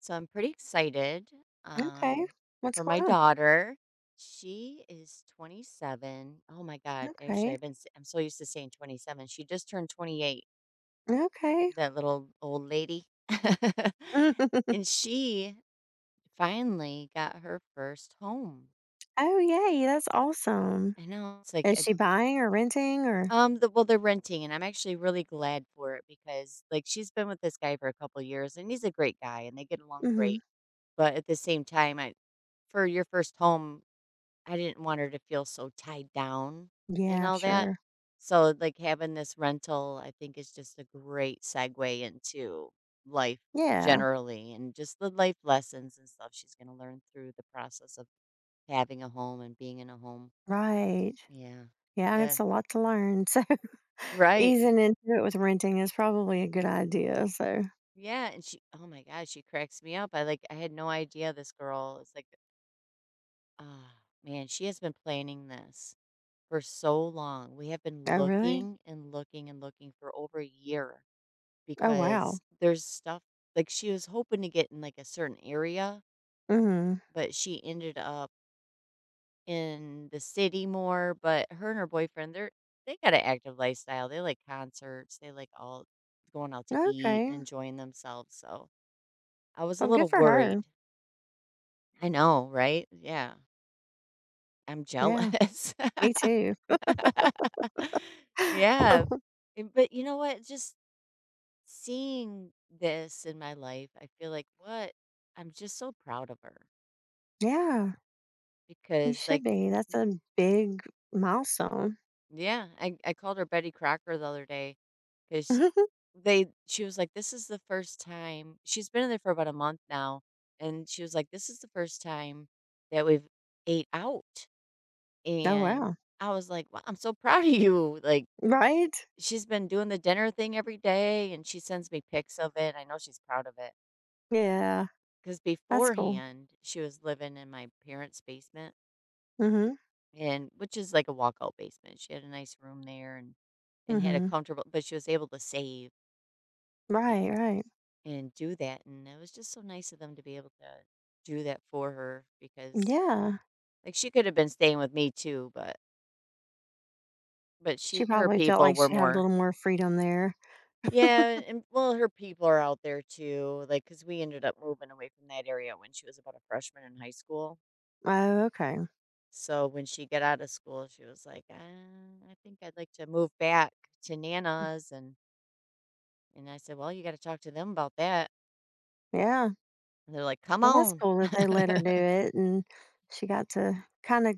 So I'm pretty excited Okay. um, What's for my going on? daughter. She is 27. Oh my God. Okay. Actually, I'm so used to saying 27. She just turned 28, Okay. that little old lady. And she finally got her first home. Oh, yay. That's awesome. I know it's like, Is she buying or renting or? Well, they're renting, and I'm actually really glad for it because, like, she's been with this guy for a couple years, and he's a great guy, and they get along Hmm. great. But at the same time, for your first home, I didn't want her to feel so tied down and Yeah, all that. sure. So, like, having this rental, I think, is just a great segue into life Yeah, generally and just the life lessons and stuff she's going to learn through the process of having a home and being in a home. right. Yeah. Yeah, and Yeah. it's a lot to learn. So Right. Easing into it with renting is probably a good idea. So, Yeah. And oh my God, she cracks me up. I had no idea this girl is like, ah, man, she has been planning this for so long. We have been oh, really? looking and looking and looking for over a year Oh, wow. because there's stuff like she was hoping to get in like a certain area, Hmm. but she ended up in the city more. But her and her boyfriend, they got an active lifestyle. They like concerts. They like all going out to eat and Okay. enjoying themselves. So I was a Well, good little for her. worried. I know, right? Yeah. I'm Yeah, jealous. me too. yeah. But you know what? Just seeing this in my life, I feel like, what? I'm just so proud of her Yeah, you because, should like, be. That's a big milestone. yeah, I called her Betty Crocker the other day because she was like, this is the first time she's been in there for about a month now. And she was like, this is the first time that we've ate out. Oh, And wow. I was like, wow, I'm so proud of you. Like, Right? she's been doing the dinner thing every day and she sends me pics of it. I know she's proud of it. Yeah. 'Cause That's cool. beforehand, she was living in my parents' basement Mhm, and which is like a walkout basement. She had a nice room there and had a mhm. comfortable but she was able to save a Right, right. and do that, and it was just so nice of them to be able to do that for her because, Yeah. like, she could have been staying with me too, but She she her probably felt people like were she had a little more. more freedom there. Yeah, and well, her people are out there too, like because we ended up moving away from that area when she was about a freshman in high school. Oh, okay. So when she got out of school, she was like, I think I'd like to move back to Nana's." And I said, well, you got to talk to them about that. Yeah. And they're like, come Well, that's on. cool that they let her do it and she got to kinda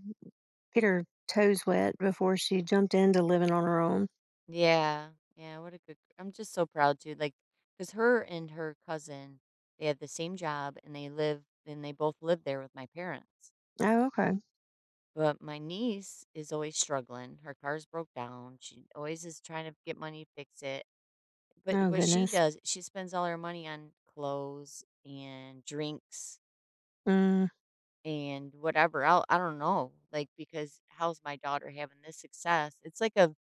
get her toes wet before she jumped into living on her own. yeah. Yeah. What a good, I'm just so proud too. Like, because her and her cousin, they had the same job and they both live there with my parents. Oh, okay. But my niece is always struggling. Her car's broke down. She always is trying to get money to fix it. But Oh, what she goodness. does, she spends all her money on clothes and drinks Mm, and whatever else. I don't know, like because how's my daughter having this success? It's like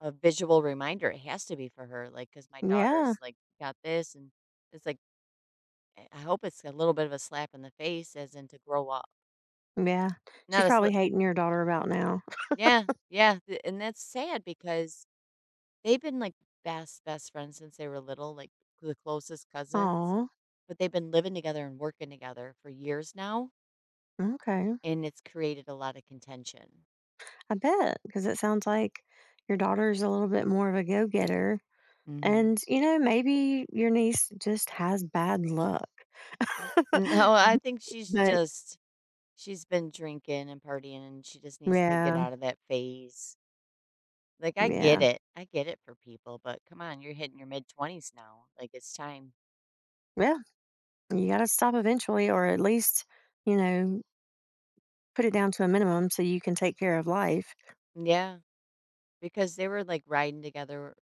a visual reminder. It has to be for her, like because my yeah, daughter's like got this, and it's like I hope it's a little bit of a slap in the face, as in to grow up. yeah. She's Not a sl- probably hating your daughter about now. yeah, yeah, and that's sad because they've been like best friends since they were little, like the closest cousins. Oh. But they've been living together and working together for years now, Okay. and it's created a lot of contention. I bet. Because it sounds like your daughter's a little bit more of a go-getter. Mhm. And, you know, maybe your niece just has bad luck. No, I think she's But just she's been drinking and partying, and she just needs to get yeah, out of that phase. Like, I yeah. get it. I get it for people, but come on, you're hitting your mid-20s now. Like, it's time. Well, you gotta stop eventually or at least, you know, put it down to a minimum so you can take care of life. Yeah, because they were, like, riding together,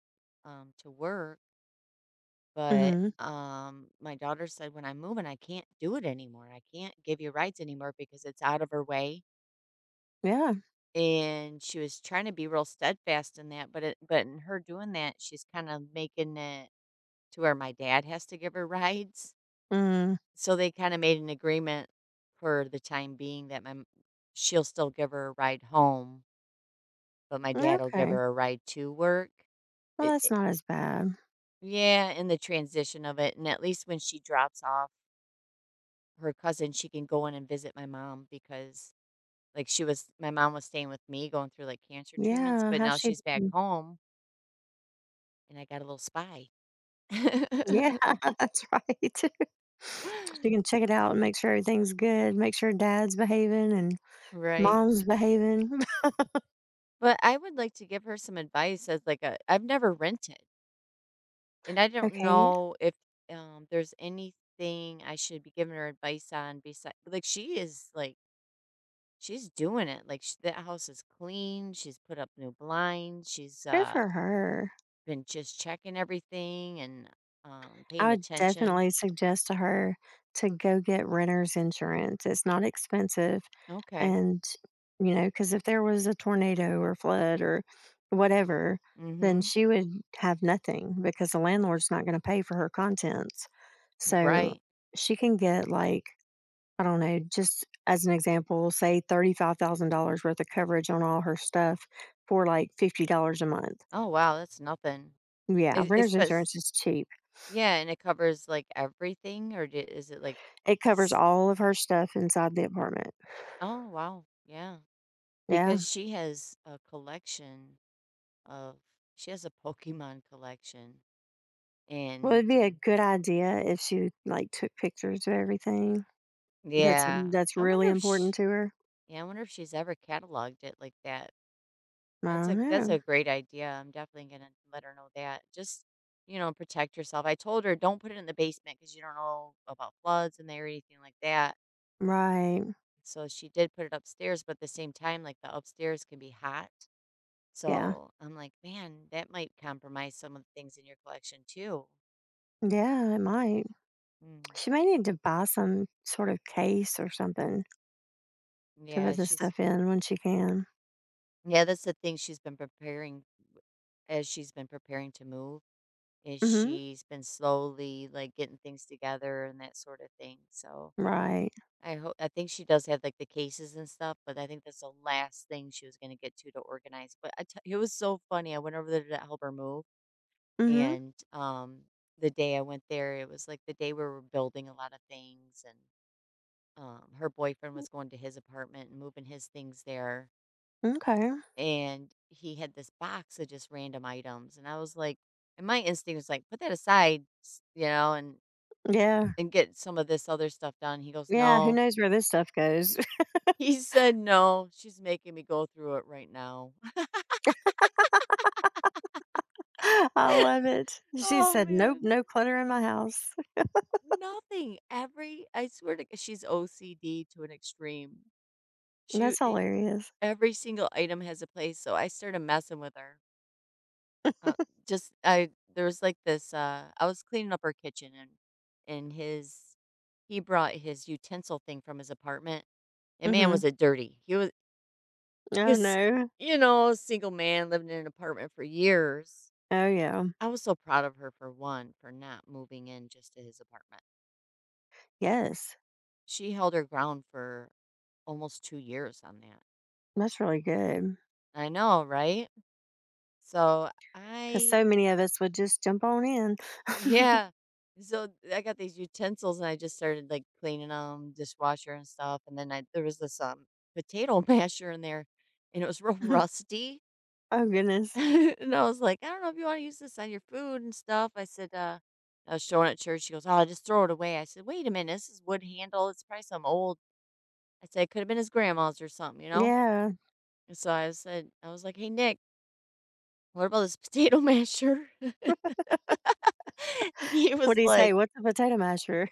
to work, but, Mhm. My daughter said, "When I'm moving, I can't do it anymore. I can't give you rides anymore because it's out of her way." Yeah. And she was trying to be real steadfast in that, but in her doing that, she's kinda making it to where my dad has to give her rides. Mm. So they kinda made an agreement for the time being that my m she'll still give her a ride home, but my dad'll give Okay. her a ride to work. Well, It that's it not as bad. yeah, in the transition of it, and at least when she drops off her cousin, she can go in and visit my mom because, like, she was my mom was staying with me going through, like, cancer treatments, Yeah, but how's now she she's back doing? home, and I got a little spy. Yeah, that's right. She can check it out and make sure everything's good, make sure dad's behaving and Right. mom's behaving. But I would like to give her some advice as like a I've never rented, and I don't Okay, know if, there's anything I should be giving her advice on besides like, she's doing it, like, sh that house is clean, she's put up new blinds, she's, good uh, for her. been just checking everything and, I paying would attention. definitely suggest to her to go get renter's insurance. It's not expensive. Okay. And, because if there was a tornado or flood or whatever, then Mhm. she would have nothing because the landlord's not going to pay for her contents. So Right. she can get, like, I don't know, just as an example, say $35,000 worth of coverage on all her stuff for like $50 a month. Oh, wow, that's nothing. Yeah, E renter's espec insurance is cheap. Yeah, and it covers, like, everything, or d is it, like, It covers s all of her stuff inside the apartment. oh, wow, yeah, because Yeah. she has a collection of she has a Pokemon collection, Well, and it'd be a good idea if she, like, took pictures of everything yeah, that's I really wonder if important she to her. yeah, I wonder if she's ever cataloged it like that. I don't That's know. a great idea, I'm definitely gonna let her know that. Just, you know, protect yourself. I told her, "Don't put it in the basement because you don't know about floods in there or anything like that." Right. So she did put it upstairs, but at the same time, like the upstairs can be hot. Yeah. So I'm like, man, that might compromise some of the things in your collection too. Yeah, it might. Mm. She may need to buy some sort of case or something to put Yeah, this she's stuff in when she can. yeah, that's the thing she's been preparing as she's been preparing to move is Mm. Mhm. she's been slowly like getting things together and that sort of thing. So Right. I think she does have like the cases and stuff, but I think that's the last thing she was going to get to organize. But it was so funny. I went over there to help her move. Mm. And, the day I went there, it was like the day we were building a lot of things and, her boyfriend was going to his apartment and moving his things there. Mhm. Okay. And he had this box of just random items. And my instinct was like, put that aside, you know, Yeah. and get some of this other stuff done. He goes, Yeah, who no. knows where this stuff goes. He said, no, she's making me go through it right now. I love it. She Oh said, "Nope, man, no clutter in my house." nothing. Every I swear to she's OCD to an extreme. She That's eh, hilarious. Every single item has a place, so I started messing with her. Uh, just I there was like this I was cleaning up her kitchen and his he brought his utensil thing from his apartment. And Mm. man was Mhm. it dirty. He Oh, was no? you know, a single man living in an apartment for years. Oh, yeah. I was so proud of her for one for not moving in just to his apartment. Yes. She held her ground for almost 2 years on that. That's really good because I know, right? So I so many of us would just jump on in. Yeah. So I got these utensils and I just started like cleaning them, dishwasher and stuff. And then I there was this potato masher in there and it was real rusty. Oh, goodness. and I was like, I don't know if you want to use this on your food and stuff. I was showing at church. She goes, oh, just throw it away. I said, wait a minute, this is wood handle. It's probably some old. I said, it could have been his grandma's or something, you know? Yeah. And so I was like, hey Nick, what about this potato masher? and he What was do you say? like, "What's a potato masher?"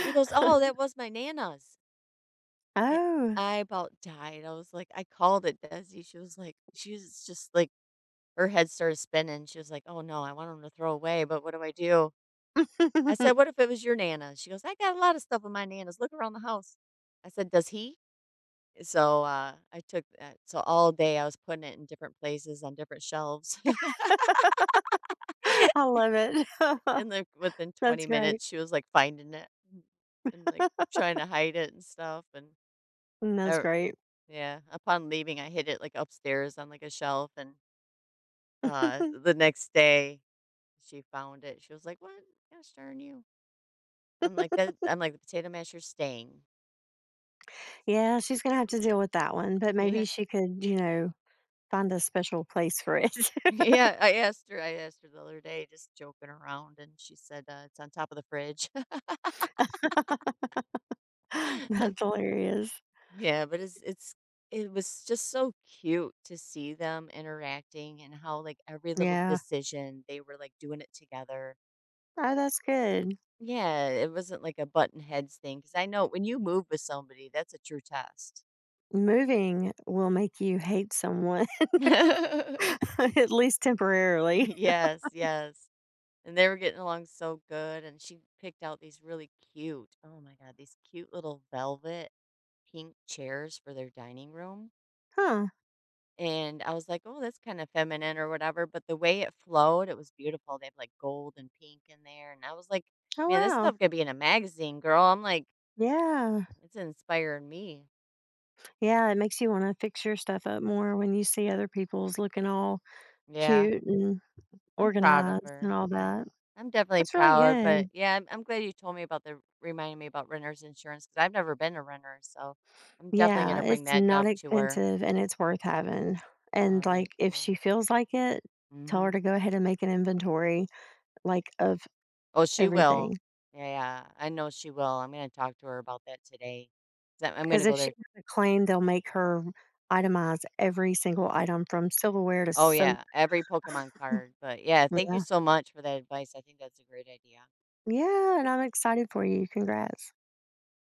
he goes, oh, that was my nana's. And Oh. I about died. I was like, I called it, Desi. She was just like, her head started spinning. She was like, oh no, I want them to throw away, but what do? I said, I what if it was your Nana? She goes, I got a lot of stuff in my Nana's. Look around the house. I said, does he? So I took that. So all day I was putting it in different places on different shelves. love it. and like within That's 20 great. minutes, she was like finding it and and, like trying to hide it and stuff. And Mm, that's uh, great. yeah, upon leaving, I hid it like upstairs on like a shelf. And the next day, she found it. She was like, "What? Gosh darn you!" I'm like that. I'm like the potato masher's staying. Yeah, she's gonna have to deal with that one, but maybe Yeah, she could, find a special place for it. yeah. I asked her the other day, just joking around, and she said it's on top of the fridge. That's hilarious. yeah, but it was just so cute to see them interacting and how like every little Yeah. decision they were like doing it together. Oh, that's good. Yeah, it wasn't like a button heads thing because I know when you move with somebody, that's a true test. Moving will make you hate someone. At least temporarily. Yes, yes. And they were getting along so good, and she picked out these really cute, oh my God, these cute little velvet pink chairs for their dining room. Huh. And I was like, oh, that's kind of feminine or whatever. But the way it flowed, it was beautiful. They have like gold and pink in there. And I was like, Oh, man, this wow. stuff could be in a magazine, girl. I'm like, Yeah. it's inspiring me. Yeah, it makes you want to fix your stuff up more when you see other people's looking all Yeah. cute and I'm proud of organized and her, all yeah. that. I'm definitely That's really proud, but, good. yeah, I'm glad you told me about the reminding me about renter's insurance because 'cause I've never been a renter, so I'm definitely Yeah, gonna bring it's that not up to her. expensive and it's worth having. And, like, Alright, if she cool. feels like it, tell her to Mhm. go ahead and make an inventory, like, of Oh, she will. everything. Yeah, yeah. I know she will. I'm gonna talk to her about that today. I'm Because gonna if go she there has a claim, they'll make her itemize every single item from silverware to Oh, soap. yeah, every Pokemon card, but, yeah, thank you Yeah. so much for that advice. I think that's a great idea. Yeah, and I'm excited for you. Congrats.